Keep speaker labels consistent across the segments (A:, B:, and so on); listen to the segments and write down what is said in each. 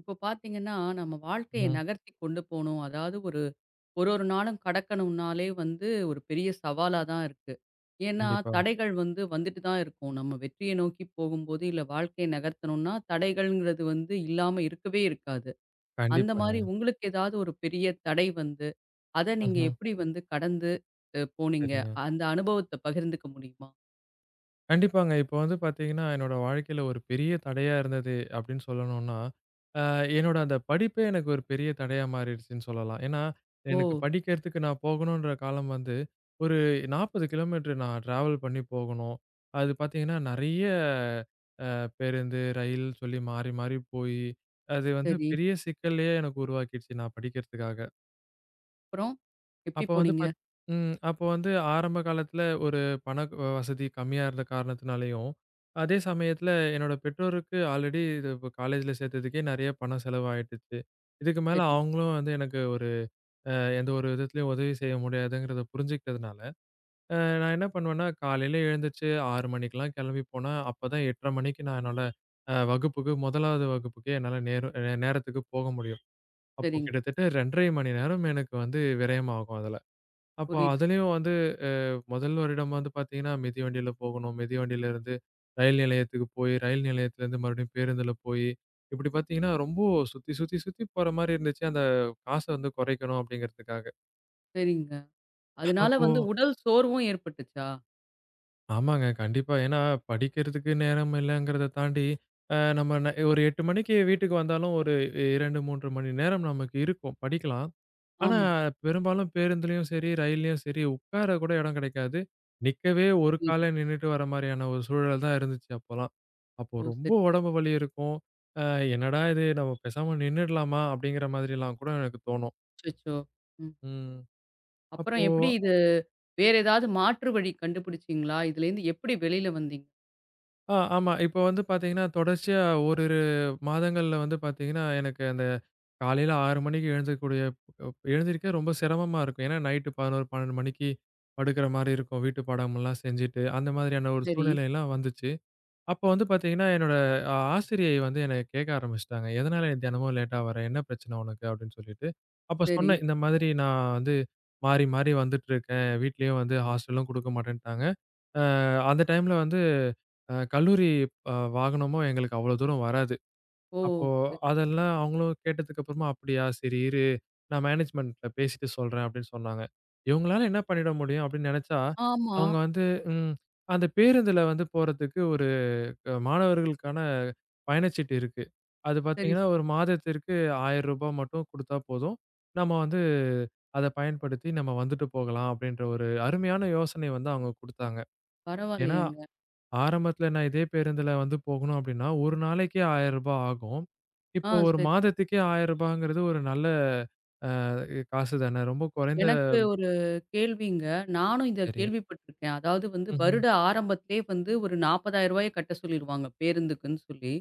A: இப்போ பார்த்தீங்கன்னா, நம்ம வாழ்க்கைய
B: ம்ஹ்ம்.
A: நகர்த்தி கொண்டு போணும். அதாவது ஒரு ஒரு ஒரு நாளும் கடக்கணும்னாலே வந்து ஒரு பெரிய சவாலா தான் இருக்கு. ஏன்னா,
B: கண்டிப்பா,
A: தடைகள் வந்து வந்துட்டு தான் இருக்கும். நம்ம வெற்றிய நோக்கி போகும்போது, இல்ல வாழ்க்கைய நகர்த்தணும்னா, தடைகள்ங்கிறது வந்து இல்லாம இருக்கவே இருக்காது. அந்த மாரி
B: கண்டிப்பாங்க.
A: உங்களுக்கு ஏதாவது ஒரு பெரிய தடை வந்து, அத நீங்க
B: ம்ஹ்ம்.
A: எப்படி வந்து கடந்து போனீங்க?
B: சரிங்க.
A: அந்த அனுபவத்த பகிர்ந்துக்க முடியுமா?
B: கண்டிப்பாங்க. இப்போ வந்து பார்த்தீங்கன்னா, என்னோட வாழ்க்கையில ஒரு பெரிய தடையா இருந்தது அப்படின்னு சொல்லணும்னா, அ என்னோட அந்த படிப்பே எனக்கு ஒரு பெரிய தடையா மாறிடுச்சுன்னு சொல்லலாம். ஏன்னா,
A: ஓ!
B: எனக்கு படிக்கிறதுக்கு நான் போகணுன்ற காலம் வந்து ஒரு 40 கிலோமீட்டர் நான் டிராவல் பண்ணி போகணும். அது பார்த்தீங்கன்னா, நெறைய அ பேருந்து, ரயில் சொல்லி மாறி மாறி போயி, அது வந்து
A: சரி.
B: பெரிய சிக்கல்லயே எனக்கு உருவாக்கிடுச்சு நான் படிக்கிறதுக்காக.
A: அப்புறம் எப்படி
B: அப்ப வந்து
A: போனீங்க?
B: பாத் ம். அப்ப வந்து ஆரம்ப காலத்துல ஒரு பண வசதி கம்மியா இருந்த காரணத்தினாலயும், அதே சமயத்துல என்னோட பெற்றோருக்கு ஆல்ரெடி இது இப்ப காலேஜ்ல சேர்த்ததுக்கே நெறைய பணம் செலவாயிட்டுச்சு. இதுக்கு மேல
A: சரி,
B: அவங்களும் வந்து எனக்கு ஒரு அ எந்த ஒரு விதத்துலயும் உதவி செய்ய முடியாதுங்கிறத புரிஞ்சுக்கிட்டதுனால, அ நான் என்ன பண்ணுவேன்னா, காலையில எழுந்திருச்சு 6 மணிக்கெல்லாம் கிளம்பி போனா, அப்பதான் 8:30 மணிக்கு நான் என்னோட அ வகுப்புக்கு 1வது வகுப்புக்கு என்னால நேரத்துக்கு போக முடியும். அப்போ
A: சரிங்க.
B: கிட்டத்தட்ட 2 1/2 மணி நேரம் எனக்கு வந்து விரயமாகும் அதெல்லாம். அப்போ
A: புரியுது.
B: அதுலயும் வந்து முதல் வருடம் வந்து பார்த்தீங்கன்னா, மிதி வண்டியில போகணும். மிதி வண்டியிலருந்து ரயில் நிலையத்துக்கு போய், ரயில் நிலையத்திலருந்து மறுபடியும் பேருந்துல போயி, இப்படி பார்த்தீங்கன்னா, ரொம்ப சுத்தி, சுத்தி, சுத்தி போற மாரி இருந்துச்சு. அந்த காச வந்து குறைக்கணும் அப்படிங்கிறதுக்காக.
A: சரிங்க. அதனால
B: அப்போ
A: வந்து உடல் சோர்வும் ஏற்பட்டுச்சா?
B: ஆமாங்க. கண்டிப்பா. ஏன்னா படிக்கிறதுக்கு நேரம் இல்லங்கிறத தாண்டி, நம்ம ஒரு 8 மணிக்கு வீட்டுக்கு வந்தாலும் ஒரு 2, 3 மணி நேரம் நமக்கு இருக்கும். படிக்கலாம். ஆனா,
A: ஆமா.
B: பெரும்பாலும் பேருந்துலயும் சரி, ரயில்லயும் சரி, உட்கார கூட இடம் கிடைக்காது. நிக்கவே ஒரு
A: புரியுது.
B: கால்ல நின்னுட்டு வர மாரியான ஒரு சூழல் தான் இருந்துச்சு அப்போலாம். அப்போ
A: ஓ!
B: ரொம்ப
A: சரி, சரி.
B: உடம்பு வலி இருக்கும். அ என்னடா இது! நம்ம பேசாம நின்னுடலாமா? அப்படிங்கிற மாதிரிலாம் கூட எனக்கு தோணும்.
A: அச்சச்சோ! ம்.
B: ம். அப்போ
A: அப்புறம் எப்படி இது வேற ஏதாவது மாற்று வழி கண்டுபிடிச்சீங்களா? இதுலேருந்து எப்படி வெளியில வந்தீங்க?
B: ஆமா. இப்போ வந்து பார்த்தீங்கன்னா, தொடர்ச்சியா ஓரிரு மாதங்கள்ல வந்து பார்த்தீங்கன்னா, எனக்கு அந்த காலையில 6 மணிக்கு எழுந்திரிக்க ரொம்ப சிரமமா இருக்கும். ஏன்னா நைட்டு 11, 12 மணிக்கு படுக்கிற மாரி இருக்கும். வீட்டு பாடமெல்லாம் செஞ்சுட்டு, அந்த மாதிரியான ஒரு
A: சரி,
B: சூழ்நிலைலாம் வந்துச்சு. அப்போ வந்து பார்த்தீங்கன்னா, என்னோட ஆசிரியை வந்து என்னை கேட்க ஆரம்பிச்சுட்டாங்க. "எதனால நீ தினமும் லேட்டா வர? என்ன பிரச்சனை உனக்கு?" அப்படின்னு சொல்லிட்டு. அப்ப
A: சரி.
B: சொன்னேன், "இந்த மாதிரி நான் வந்து மாறி மாறி வந்துட்டுருக்கேன். வீட்லயும் வந்து ஹாஸ்டலும் குடுக்க மாட்டேன்ட்டாங்க. அ அந்த டைம்ல வந்து கல்லூரி வாகனமும் எங்களுக்கு அவ்வளோ தூரம் வராது.
A: ஓ!
B: அப்போ
A: சரி.
B: அதெல்லாம் அவங்களும் கேட்டதுக்கு அப்புறமா, "அப்படியா! சரி இரு, நான் மேனேஜ்மென்ட்ல பேசிட்டு சொல்றேன்" அப்படின்னு சொன்னாங்க. இவங்களால என்ன பண்ணிட முடியும் அப்படின்னு நெனச்சா,
A: ஆமா.
B: அவங்க வந்து ம் அந்த பேருந்துல வந்து போறதுக்கு ஒரு மாணவர்களுக்கான பயணச்சீட்டு இருக்கு. அது
A: சரி,
B: பார்த்தீங்கன்னா,
A: சரி.
B: ஒரு மாதத்திற்கு ரூ. 1000 மட்டும் குடுத்தா போதும். நம்ம வந்து அத பயன்படுத்தி நம்ம வந்துட்டு போகலாம் அப்படின்ற ஒரு அருமையான யோசனை வந்து அவங்க குடுத்தாங்க. ஏன்னா
A: பரவாயில்லையேங்க.
B: ஆரம்பத்துல நான் இதே பேருந்துல வந்து போகணும் அப்படின்னா, ஒரு நாளைக்கே ரூ. 1000 ஆகும்.
A: ஆ
B: இப்போ ஒரு
A: சரி.
B: மாதத்துக்கே ரூ. 1000ங்கிறது ஒரு நல்ல அ காசு தானே. ரொம்ப குறைந்த
A: எனக்கு ஒரு கேள்விங்க. நானும் இத
B: சரி.
A: கேள்விப்பட்டுருக்கேன். அதாவது வந்து
B: ம்ஹ்ம்.
A: வருட ஆரம்பத்திலே வந்து ஒரு ரூ. 40,000 கட்ட சொல்லிருவாங்க பேருந்துக்குன்னு சொல்லி.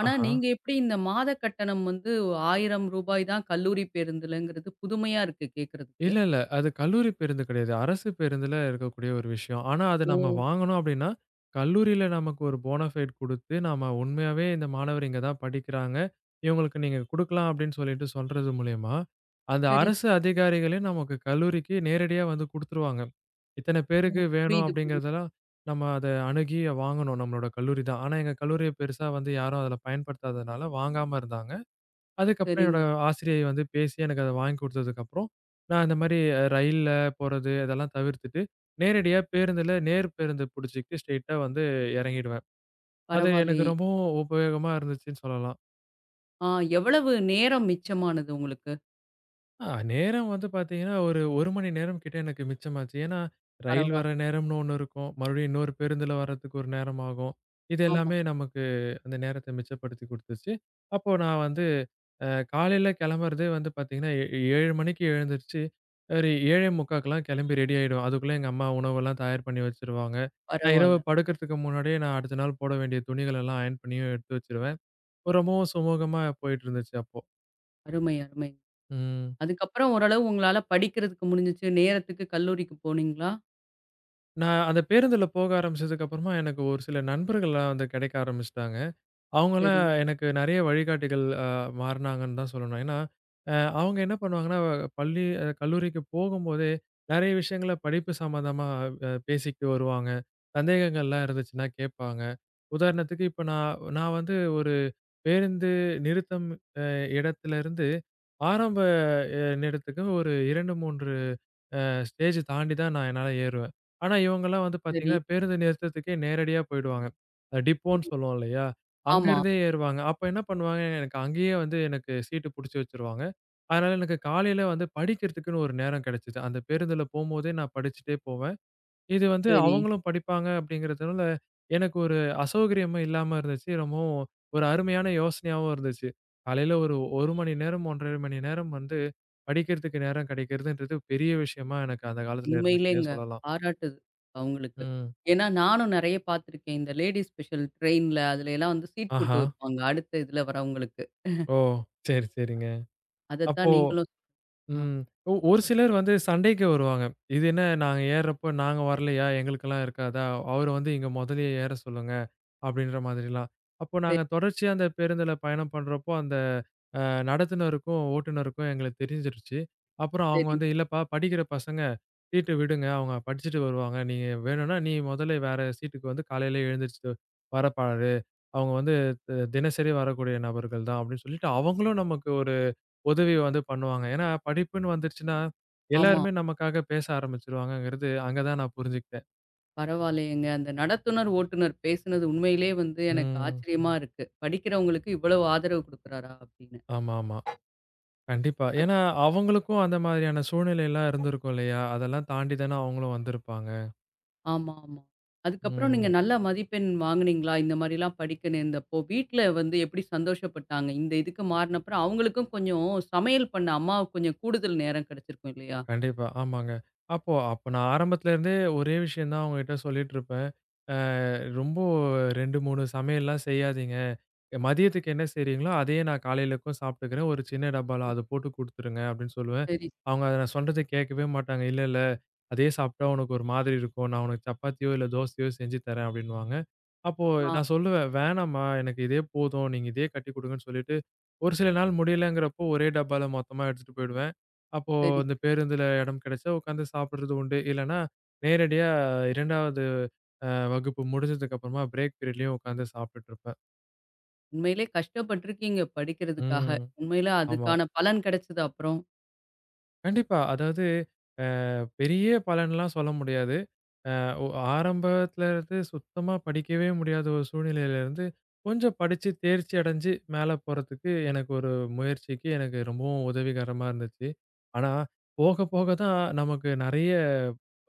A: ஆனா
B: ஆஹா.
A: நீங்க எப்படி இந்த மாத கட்டணம் வந்து ரூ. 1,000 தான் கல்லூரி பேருந்துலங்கிறது புதுமையா இருக்கு கேட்கறதுக்கு.
B: இல்ல, இல்ல. அது கல்லூரி பேருந்து கிடையாது. அரசு பேருந்துல இருக்கக்கூடிய ஒரு விஷயம். ஆனா, அது
A: ஓ!
B: நம்ம வாங்கணும் அப்டின்னா, கல்லூரியில நமக்கு ஒரு போனஃபைட் குடுத்து, நாம உண்மையாவே இந்த மாணவர் இங்க தான் படிக்கிறாங்க. இவங்களுக்கு நீங்க குடுக்கலாம் அப்டின்னு சொல்லிட்டு சொல்றது மூலியமா, அந்த
A: சரி.
B: அரசு அதிகாரிகளே நமக்கு கல்லூரிக்கு நேரடியா வந்து குடுத்துருவாங்க. இத்தன பேருக்கு
A: ம்.
B: வேணும்
A: புரியுது, புரியுது.
B: அப்டிங்கிறதெல்லாம், நம்ம அத அணுகி வாங்கணும் நம்மளோட கல்லூரி தான். ஆனா, எங்க கல்லூரிய பெருசா வந்து யாரும் அதுல பயன்படுத்தாதனால வாங்காம இருந்தாங்க. அதுக்கப்புறம் என்னோட
A: சரிங்க.
B: ஆசிரியை வந்து பேசி எனக்கு அத வாங்கி குடுத்ததுக்கப்புறம், நான் இந்த மாரி ரயில்ல போறது இதெல்லாம் தவிர்த்துட்டு, நேரடியா பேருந்துல நேர் பேருந்து புடிச்சுக்கிட்டு ஸ்ட்ரெயிட்டா வந்து எறங்கிடுவேன். அது எனக்கு
A: பரவாயில்லையே!
B: ரொம்பவும் உபயோகமா இருந்துச்சுன்னு சொல்லலாம்.
A: ஆ எவ்வளவு நேரம் மிச்சமானது உங்களுக்கு?
B: நேரம் வந்து பாத்தீங்கன்னா, ஒரு 1 மணி நேரம் கிட்ட எனக்கு மிச்சமாச்சு. ஏன்னா, ரயில் வர
A: பரவால்ல.
B: நேரம்னு ஒண்ணு இருக்கும். மறுபடியும் இன்னொரு பேருந்துல வர்றதுக்கு ஒரு நேரம் ஆகும். இது
A: ஆமா.
B: எல்லாமே நமக்கு அந்த நேரத்த மிச்சப்படுத்தி குடுத்துச்சு. அப்போ நான் வந்து அ காலையில கிளம்புறதே வந்து பார்த்தீங்கன்னா, 7 மணிக்கு எழுந்திருச்சு, ஒரு 7:45க்கெல்லாம் கிளம்பி ரெடி ஆயிடுவேன். அதுக்குள்ள எங்க அம்மா உணவெல்லாம் தயார் பண்ணி வச்சுருவாங்க. நான் இரவு
A: பரவால்ல.
B: படுக்கிறதுக்கு முன்னாடியே நான் அடுத்த நாள் போட வேண்டிய துணிகள் எல்லாம் அயர்ன் பண்ணியும் எடுத்து வச்சுருவேன். ரொம்பவும் சுமூகமா போயிட்டு இருந்துச்சு அப்போ.
A: அருமை, அருமை.
B: ம்.
A: அதுக்கப்புறம் ஓரளவு உங்களால படிக்கிறதுக்கு முடிஞ்சுச்சு. நேரத்துக்கு கல்லூரிக்கு போனீங்களா?
B: நான் அந்த பேருந்துல போக ஆரம்பிச்சதுக்கு அப்புறமா எனக்கு ஒரு சில நண்பர்கள்லாம் வந்து கிடைக்க ஆரம்பிச்சுட்டாங்க. அவங்கலாம்
A: சரி,
B: எனக்கு நெறைய வழிகாட்டிகள் மாறுனாங்கன்னு தான் சொல்லணும். ஏன்னா, அ அவங்க என்ன பண்ணுவாங்கன்னா, பள்ளி கல்லூரிக்கு போகும்போதே நெறைய விஷயங்கள படிப்பு சம்மந்தமா பேசிக்கிட்டு வருவாங்க. சந்தேகங்கள்லாம் இருந்துச்சுன்னா கேட்பாங்க. உதாரணத்துக்கு இப்ப நான் நான் வந்து ஒரு பேருந்து நிறுத்தம் அ இடத்துலருந்து ஆரம்ப அ இடத்துக்கு ஒரு 2, 3 ஸ்டேஜ் தாண்டி தான் நான் என்னால ஏறுவேன். ஆனா இவங்கலாம் வந்து
A: சரி.
B: பார்த்தீங்கன்னா, பேருந்து நிறுத்தத்துக்கே நேரடியா போயிடுவாங்க. டிப்போன்னு
A: புரியுது.
B: சொல்லுவோம் இல்லையா? அங்க
A: ஆமா.
B: இருந்தே ஏறுவாங்க. அப்ப என்ன பண்ணுவாங்க, எனக்கு அங்கேயே வந்து எனக்கு சீட்டு புடிச்சு வச்சுருவாங்க. அதனால எனக்கு காலையில வந்து படிக்கிறதுக்குன்னு ஒரு நேரம் கிடைச்சது. அந்த பேருந்துல போம்போதே நான் படிச்சுட்டே போவேன். இது வந்து
A: சரி.
B: அவங்களும் படிப்பாங்க அப்படிங்கிறதுனால, எனக்கு ஒரு அசௌகரியமும் இல்லாம இருந்துச்சு. ரொம்பவும் ஒரு அருமையான யோசனையாவும் இருந்துச்சு. காலையில ஒரு 1 மணி நேரம், 1 1/2 மணி நேரம் வந்து படிக்கிறதுக்கு நேரம் கிடைக்கிறதுன்றது பெரிய விஷயமா எனக்கு அந்த காலத்துல இருந்துச்சுன்னே
A: உண்மையிலேங்க.
B: சொல்லலாம்.
A: பாராட்டுது அவங்களுக்கு.
B: ம்.
A: ஏன்னா நானும் நெறைய பார்த்துருக்கேன். இந்த லேடி ஸ்பெஷல் ட்ரெயின்ல அதுலலாம் வந்து சீட் போட்டு
B: ஆஹா!
A: வைப்பாங்க. அடுத்த இதுல வரவங்களுக்கு.
B: ஓ! சரி, சரிங்க. அப்போ
A: அதத்தான் நீங்களும் ஆ
B: ம். ஒரு சிலர் வந்து சண்டைக்கு வருவாங்க. "இது என்ன நாங்க ஏர்றப்போ நாங்க வரலையா? எங்களுக்கெல்லாம் இருக்காதா? அவர வந்து இங்க மொதலயே ஏற சொல்லுங்க." அப்படின்ற மாதிரிலாம். அப்போ
A: சரி,
B: நாங்க தொடர்ச்சியா அந்த பேருந்துல பயணம் பண்றப்போ, அந்த அ நடத்துனருக்கும், ஓட்டுனருக்கும் எங்களுக்கு தெரிஞ்சிருச்சு. அப்புறம் அவங்க
A: சரி.
B: வந்து, "இல்லப்பா படிக்கிற பசங்க. சீட்டு விடுங்க. அவங்க படிச்சுட்டு வருவாங்க. நீங்க வேணும்னா, நீ மொதல்ல வேற சீட்டுக்கு வந்து காலையில எழுந்திரிச்சுட்டு வர பாரு. அவங்க வந்து தினசரி வரக்கூடிய நபர்கள் தான்." அப்படின்னு சொல்லிட்டு, அவங்களும் நமக்கு ஒரு உதவி வந்து பண்ணுவாங்க. ஏன்னா, படிப்புன்னு வந்துருச்சுன்னா,
A: ஆமா.
B: எல்லாருமே நமக்காக பேச ஆரம்பிச்சுருவாங்கங்கிறது அங்க தான் நான் புரிஞ்சுக்கிட்டேன்.
A: பரவாயில்லையேங்க. அந்த நடத்துனர், ஓட்டுநர் பேசுனது உண்மையிலே வந்து எனக்கு
B: ம்.
A: ஆச்சரியமா இருக்கு. படிக்கிறவங்களுக்கு இவ்வளவு ஆதரவு குடுக்குறாரா அப்படின்னு.
B: ஆமாமா. கண்டிப்பா. ஏன்னா, அவங்களுக்கும் அந்த மாதிரியான சூழ்நிலைலாம் இருந்திருக்கும் இல்லையா? அதெல்லாம் தாண்டி தானே அவங்களும் வந்திருப்பாங்க.
A: ஆமா, ஆமா. அதுக்கப்புறம் நீங்க
B: ம்.
A: நல்ல மதிப்பெண் வாங்குனீங்களா? இந்த மாரிலாம் படிக்க நேர்ந்தப்போ, வீட்ல வந்து எப்படி சந்தோஷப்பட்டாங்க? இந்த இதுக்கு மாறுனப்புறம் அவங்களுக்கும் கொஞ்சம் சமையல் பண்ண அம்மாவுக்கு கொஞ்சம் கூடுதல் நேரம் கிடைச்சிருக்கும் இல்லையா?
B: கண்டிப்பா. ஆமாங்க. அப்ப நான் ஆரம்பத்துல இருந்தே ஒரே விஷயம் தான் அவங்ககிட்ட சொல்லிட்டு இருப்பேன். அ ரொம்ப 2, 3 சமையல்லாம் செய்யாதீங்க. மதியத்துக்கு என்ன செய்றீங்களோ, அதையே நான் காலையிலக்கும் சாப்பிட்டுக்கிறேன். ஒரு சின்ன டப்பால
A: ம்.
B: அத போட்டு குடுத்துருங்க அப்படின்னு சொல்லுவேன்.
A: சரி.
B: அவங்க அத நான் சொல்றத கேட்கவே மாட்டாங்க. இல்ல, இல்ல அதே சாப்பிட்டா உனக்கு ஒரு மாதிரி இருக்கும். நான் உனக்கு சப்பாத்தியோ, இல்ல தோசையோ செஞ்சு தரேன் அப்டின்னுவாங்க. அப்போ
A: ஆ.
B: நான் சொல்லுவேன், வேணாம்மா எனக்கு இதே போதும். நீங்க இதே கட்டிக் குடுங்கன்னு சொல்லிட்டு, ஒரு சில நாள் முடியலங்கிறப்போ ஒரே டப்பால மொத்தமா எடுத்துட்டு போயிடுவேன். அப்போ
A: சரி,
B: இந்த
A: சரி.
B: பேருந்துல இடம் கிடைச்சா உட்காந்து சாப்பிடுறது உண்டு. இல்லன்னா, நேரடியா 2வது வகுப்பு முடிஞ்சதுக்கு அப்புறமா பிரேக் பீரியட்லயும் உட்காந்து சாப்பிட்டுட்டு இருப்பேன்.
A: உண்மையிலே கஷ்டப்பட்டுருக்கீங்க படிக்கிறதுக்காக.
B: ம்.
A: உண்மையில
B: ஆமா.
A: அதுக்கான பலன் கிடைச்சது அப்புறம்.
B: கண்டிப்பா. அதாவது அ பெரிய பலன்லாம் சொல்ல முடியாது. அ ஒ ஆரம்பத்துல இருந்து சுத்தமா படிக்கவே முடியாத ஒரு சூழ்நிலையிலருந்து, கொஞ்சம் படிச்சு தேர்ச்சி அடைஞ்சு மேல போறதுக்கு எனக்கு ஒரு முயற்சிக்கு எனக்கு ரொம்பவும் உதவிகரமா இருந்துச்சு. ஆனா, போக போக தான் நமக்கு நெறைய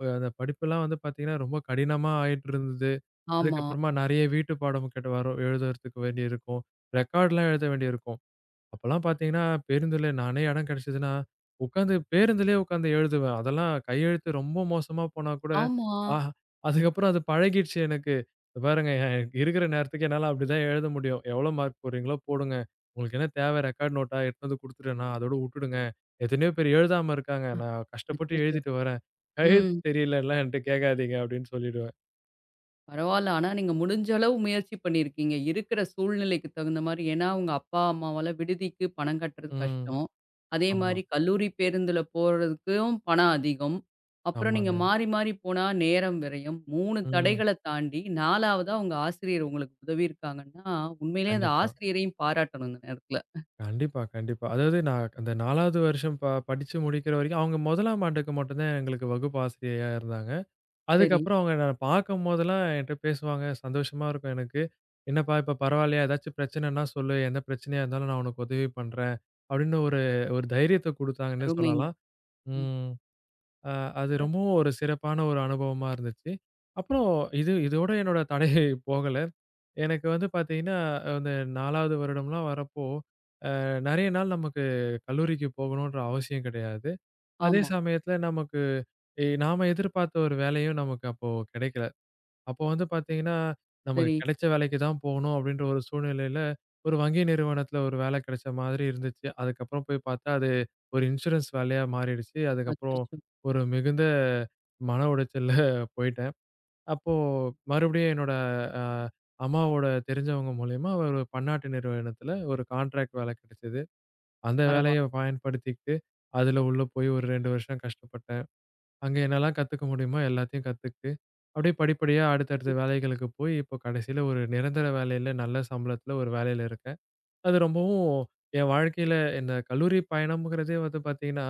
B: அந்த படிப்புலாம் வந்து பார்த்தீங்கன்னா, ரொம்ப கடினமா ஆயிட்டு இருந்தது.
A: ஆமா.
B: அதுக்கப்புறமா நெறைய வீட்டு பாடம் கேட்டு வரும் எழுதுறதுக்கு வேண்டியிருக்கும். ரெக்கார்ட்லாம் எழுத வேண்டியிருக்கும். அப்பலாம் பார்த்தீங்கன்னா, பேருந்துல நானே இடம் கிடைச்சதுன்னா, உட்காந்து பேருந்துலயே உட்காந்து எழுதுவேன். அதெல்லாம் கையெழுத்து ரொம்ப மோசமா போனா கூட,
A: ஆமா.
B: ஆஹா! அதுக்கப்புறம் அது பழகிடுச்சு எனக்கு. "இத பாருங்க எனக்கு இருக்கிற நேரத்துக்கு என்னால அப்படிதான் எழுத முடியும். எவ்வளோ மார்க் போடுறீங்களோ போடுங்க. உங்களுக்கு என்ன தேவை ரெக்கார்ட் நோட்டா எடுத்துட்டு வந்து குடுத்துட்டேன்னா, அதோட வுட்டுடுங்க. எத்தனையோ பேர் எழுதாம இருக்காங்க.
A: அ.
B: நான் கஷ்டப்பட்டு
A: அச்சச்சோ!
B: எழுதிட்டு வரேன். கையெழுத்து
A: ம்.
B: தெரியலன்லாம் என்ட்ட கேட்காதீங்க" அப்படின்னு சொல்லிடுவேன்.
A: பரவால்ல. ஆனா நீங்க முடிஞ்ச அளவு முயற்சி பண்ணியிருக்கீங்க. இருக்கிற சூழ்நிலைக்கு தகுந்த மாரி. ஏன்னா, உங்க அப்பா, அம்மாவால விடுதிக்கு பணம் கட்டுறது
B: ம்.
A: கஷ்டம். அதே
B: ஆமா.
A: மாரி கல்லூரி பேருந்துல போறதுக்கும் பணம் அதிகம். அப்புறம் நீங்க
B: ஆமாங்க.
A: மாறி, மாறி போனா நேரம் விரயம். 3
B: ம்.
A: தடைகள தாண்டி 4வதா உங்க ஆசிரியர் உங்களுக்கு உதவி இருக்காங்கன்னா, உண்மையிலேயே அந்த
B: கண்டிப்பா.
A: ஆசிரியரையும் பாராட்டணும் இந்த நேரத்துல.
B: கண்டிப்பா, கண்டிப்பா. அதாவது நான் அந்த 4வது வருஷம் படிச்சு முடிக்கிற வரைக்கும் அவங்க 1ஆம் ஆண்டுக்கு மட்டும் தான் எங்களுக்கு வகுப்பு ஆசிரியையா இருந்தாங்க.
A: சரி,
B: அதுக்கப்புறம் அவங்க என்ன பார்க்கும்போதெல்லாம் என்ட்ட பேசுவாங்க. சந்தோஷமா இருக்கும் எனக்கு. "என்னப்பா இப்ப பரவாயில்லையா? ஏதாச்சும் பிரச்சனைன்னா சொல்லு. எந்த பிரச்சனையா இருந்தாலும் நான் உனக்கு உதவி பண்றேன்." அப்படின்னு ஒரு ஒரு தைரியத்த குடுத்தாங்கன்னே
A: அருமைங்க.
B: சொல்லலாம்.
A: ம்.
B: ம். அ அது
A: அப்புறம்
B: ரொம்பவும் ஒரு சிறப்பான ஒரு அனுபவமா இருந்துச்சு. அப்புறம் இது இதோட என்னோட தடை போகல. எனக்கு வந்து பார்த்தீங்கன்னா, அந்த 4வது வருடம்லாம் வரப்போ நெறைய நாள் நமக்கு கல்லூரிக்கு போகணுன்ற அவசியம் கிடையாது. அதே
A: ஆமா.
B: சமயத்துல நமக்கு நாம எதிர்பார்த்த ஒரு வேலையும் நமக்கு அப்போ கிடைக்கல. அப்போ வந்து பார்த்தீங்கன்னா, நமக்கு
A: சரி.
B: கிடைச்ச வேலைக்கு தான் போகணும் அப்படின்ற ஒரு சூழ்நிலையில, ஒரு வங்கி நிறுவனத்துல ஒரு வேலை கிடைச்ச மாதிரி இருந்துச்சு. அதுக்கப்புறம் போய் பார்த்தா, அது ஒரு இன்சூரன்ஸ் வேலையா மாறிடுச்சு. அதுக்கப்புறம்
A: அச்சச்சோ!
B: ஒரு மிகுந்த மன உளைச்சல்ல போயிட்டேன். அப்போ மறுபடியும் என்னோட அ அம்மாவோட தெரிஞ்சவங்க மூலியமா ஒரு பன்னாட்டு நிறுவனத்துல ஒரு கான்ட்ராக்ட் வேலை கிடைச்சது. அந்த வேலைய
A: பரவால்ல.
B: பயன்படுத்திக்கிட்டு, அதுல உள்ள போய் ஒரு 2 வருஷம் கஷ்டப்பட்டேன். அங்க என்னலாம் கத்துக்க முடியுமோ எல்லாத்தையும் கத்துக்கிட்டு, அப்படியே படிப்படியா அடுத்தடுத்த வேலைகளுக்கு போய், இப்போ கடைசியில ஒரு நிரந்தர வேலையில, நல்ல சம்பளத்துல ஒரு வேலையில இருக்கேன். அது ரொம்பவும் என் வாழ்க்கையில இந்த கல்லூரி பயணம்ங்கிறதே வந்து பார்த்தீங்கன்னா,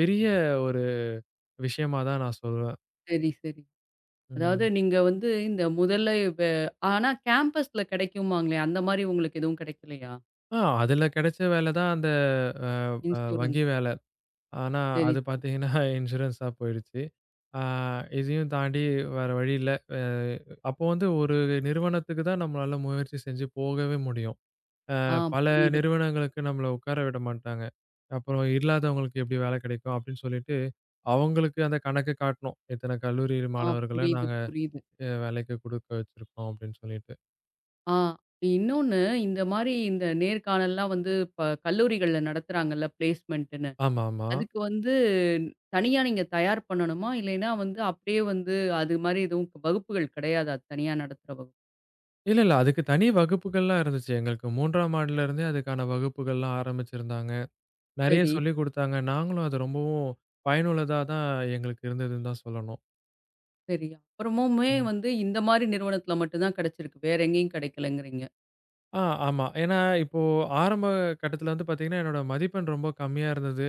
B: பெரிய ஒரு விஷயமா தான் நான் சொல்வேன்.
A: சரி, சரி. அதாவது
B: ம்.
A: நீங்க வந்து இந்த முதல்ல இப்ப ஆனா கேம்பஸ்ல கிடைக்குமாங்களே, அந்த மாரி உங்களுக்கு எதுவும் கிடைக்கலையா?
B: ஆ, அதுல கிடைச்ச வேலை தான் அந்த அ, அ வங்கி
A: இன்சூரன்ஸ்.
B: வேல. ஆனா,
A: சரி,
B: அது
A: சரி.
B: பார்த்தீங்கன்னா இன்சூரன்ஸா போயிடுச்சு. ஆ இதையும் தாண்டி வேற வழி இல்ல. அ அப்போ வந்து ஒரு நிறுவனத்துக்கு தான் நம்மளால முயற்சி செஞ்சு போகவே முடியும்.
A: ஆ
B: பல
A: புரியுது.
B: நிறுவனங்களுக்கு நம்மள உட்கார விட மாட்டாங்க. அப்புறம் இல்லாதவங்களுக்கு எப்படி வேலை கிடைக்கும் அப்படின்னு சொல்லிட்டு, அவங்களுக்கு அந்த கணக்கு காட்டணும். இத்தனை கல்லூரி
A: ஆ
B: மாணவர்கள
A: புரியுது,
B: நாங்க
A: புரியுது.
B: வேலைக்கு குடுக்க வச்சிருக்கோம் அப்படின்னு சொல்லிட்டு.
A: ஆ இன்னொன்னு இந்த மாரி இந்த நேர்காணல்லாம் வந்து இப்ப கல்லூரிகள்ல நடத்துறாங்கல்ல பிளேஸ்மென்ட்ன்னு.
B: ஆமா, ஆமா.
A: அதுக்கு வந்து தனியா நீங்க தயார் பண்ணணுமா? இல்லைன்னா வந்து அப்படியே வந்து அது மாரி எதுவும் வகுப்புகள் கிடையாதா? தனியா நடத்துற வகுப்பு.
B: இல்ல, இல்ல. அதுக்கு தனி வகுப்புகள்லாம் இருந்துச்சு. எங்களுக்கு 3ஆம் ஆண்டுல இருந்தே அதுக்கான வகுப்புகள்லாம் ஆரம்பிச்சிருந்தாங்க. நெறைய
A: சரி,
B: சொல்லிக் குடுத்தாங்க. நாங்களும் அது ரொம்பவும் பயனுள்ளதா தான் எங்களுக்கு இருந்ததுன்னு தான் சொல்லணும்.
A: சரி. அப்புறமுமே
B: ம்.
A: வந்து இந்த மாரி நிறுவனத்தில மட்டும் தான் கிடைச்சிருக்கு. வேற எங்கேயும் கிடைக்கலங்கிறீங்க.
B: ஆமா. ஏன்னா இப்போ ஆரம்ப கட்டத்தில வந்து பார்த்தீங்கன்னா, என்னோட மதிப்பெண் ரொம்ப கம்மியா இருந்தது.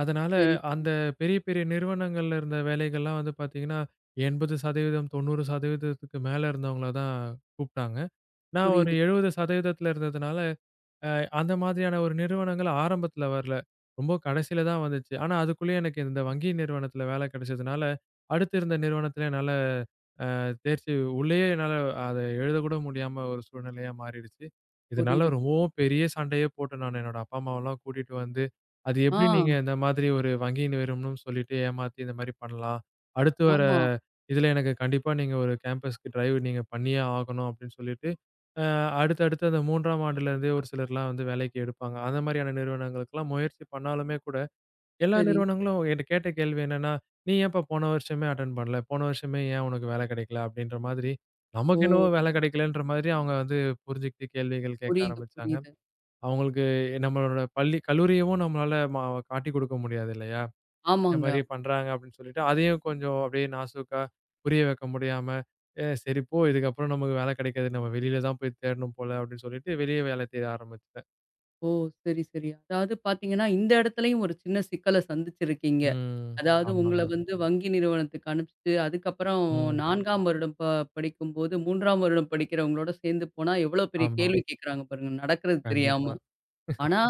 B: அதனால
A: சரி, சரி.
B: அந்த பெரிய பெரிய நிறுவனங்கள்ல இருந்த வேலைகள்லாம் வந்து பார்த்தீங்கன்னா, 80% 90% மேல இருந்தவங்கள தான் கூப்ட்டாங்க. நான் ஒரு
A: புரியுது,
B: 70% இருந்ததுனால அ அந்த மாதிரியான ஒரு நிறுவனங்கள் ஆரம்பத்தில வரல. ரொம்ப கடைசியில தான் வந்துச்சு. ஆனா, அதுக்குள்ளேயே எனக்கு இந்த வங்கி நிறுவனத்தில வேலை கிடைச்சதுனால, அடுத்து இருந்த நிறுவனத்தில என்னால தேர்ச்சி உள்ளேயே என்னால அத எழுதக்கூட முடியாம ஒரு சூழ்நிலையா மாறிடுச்சு. இதனால
A: புரியுது.
B: ரொம்பவும் பெரிய சண்டையே போட்டேன் நானு. என்னோட அப்பா, அம்மாவெல்லாம் கூட்டிட்டு வந்து, அது
A: ஆ,
B: எப்படி நீங்க இந்த மாதிரி ஒரு வங்கி நிறுவனம்னு சொல்லிட்டு ஏமாத்தி இந்த மாரி பண்ணலாம். அடுத்து வர
A: ஆமா.
B: இதுல எனக்கு கண்டிப்பா நீங்க ஒரு கேம்பஸ்க்கு டிரைவ் நீங்க பண்ணியே ஆகணும் அப்படின்னு சொல்லிட்டு, அ அடுத்து அடுத்து அந்த 3ஆம் ஆண்டுலேருந்தே ஒரு சிலர்லாம் வந்து வேலைக்கு எடுப்பாங்க. அந்த மாரியான நிறுவனங்களுக்கெல்லாம் முயற்சி பண்ணாலுமே கூட எல்லா
A: சரி.
B: நிறுவனங்களும் என்ட்ட கேட்ட கேள்வி என்னன்னா, "நீ ஏன்ப்பா போன வருஷமே அட்டெண்ட் பண்ணல? போன வருஷமே ஏன் உனக்கு வேலை கிடைக்கல?" அப்படின்ற மாதிரி,
A: ஓ!
B: நமக்கு என்னவோ வேலை கிடைக்கலன்ற மாதிரி அவங்க வந்து புரிஞ்சுக்கிட்டு கேள்விகள் கேட்க
A: புரியுது,
B: ஆரம்பிச்சாங்க.
A: புரியுது.
B: அவங்களுக்கு நம்மளோட பள்ளி கல்லூரியவும் நம்மளால காட்டிக் கொடுக்க முடியாது இல்லையா? இந்த
A: ஆமாங்க.
B: மாரி பண்றாங்க அப்படின்னு சொல்லிட்டு, அதையும் கொஞ்சம் அப்படியே நாசூக்கா புரிய வைக்க முடியாம, "ஏ சரி போ, இதுக்கப்புறம் நமக்கு வேலை கிடைக்காது. நம்ம வெளியில தான் போய் தேடணும் போல" அப்படின்னு சொல்லிட்டு வெளிய வேலை தேட ஆரம்பிச்சுட்டேன்.
A: ஓ! சரி, சரி. அதாவது பார்த்தீங்கன்னா, இந்த இடத்துலயும் ஒரு சின்ன சிக்கல சந்திச்சிருக்கீங்க.
B: ம்.
A: அதாவது உங்கள
B: ஆமாங்க.
A: வந்து வங்கி நிறுவனத்துக்கு அனுப்பிச்சுட்டு, அதுக்கப்புறம்
B: ம்.
A: 4ஆம் வருடம் படிக்கும்போது, 3ஆம் வருடம் படிக்கிறவங்களோட சேர்ந்து போனா, எவ்வளோ பெரிய
B: ஆமா.
A: கேள்வி கேட்குறாங்க பாருங்க, நடக்கிறது தெரியாம.
B: கண்டிப்பா.
A: ஆனா,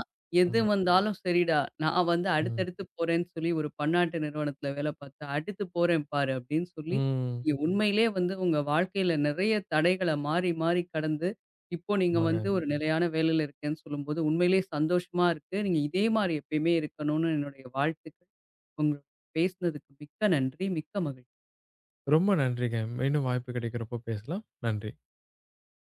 A: எது
B: ஆமா.
A: வந்தாலும் சரிடா, நான் வந்து
B: ம்.
A: அடுத்தடுத்து போறேன்னு சொல்லி ஒரு பன்னாட்டு நிறுவனத்தில வேலை பார்த்து, அடுத்து போறேன் பாரு அப்படின்னு சொல்லி,
B: ம்.
A: நீங்க உண்மையிலேயே வந்து உங்க வாழ்க்கையில நிறைய தடைகள மாறி மாறி கடந்து, இப்போ நீங்க வந்து
B: ஆமாங்க.
A: ஒரு நிலையான வேலையில இருக்கேன்னு சொல்லும்போது, உண்மையிலேயே சந்தோஷமா இருக்கு. நீங்க இதே மாரி எப்பயுமே இருக்கணும்னு என்னுடைய வாழ்த்துக்கள். உங்க பேசினதுக்கு மிக்க நன்றி. மிக்க மகிழ்ச்சி.
B: ரொம்ப நன்றிங்க. மீண்டும் வாய்ப்பு கிடைக்கிறப்போ பேசலாம். நன்றி.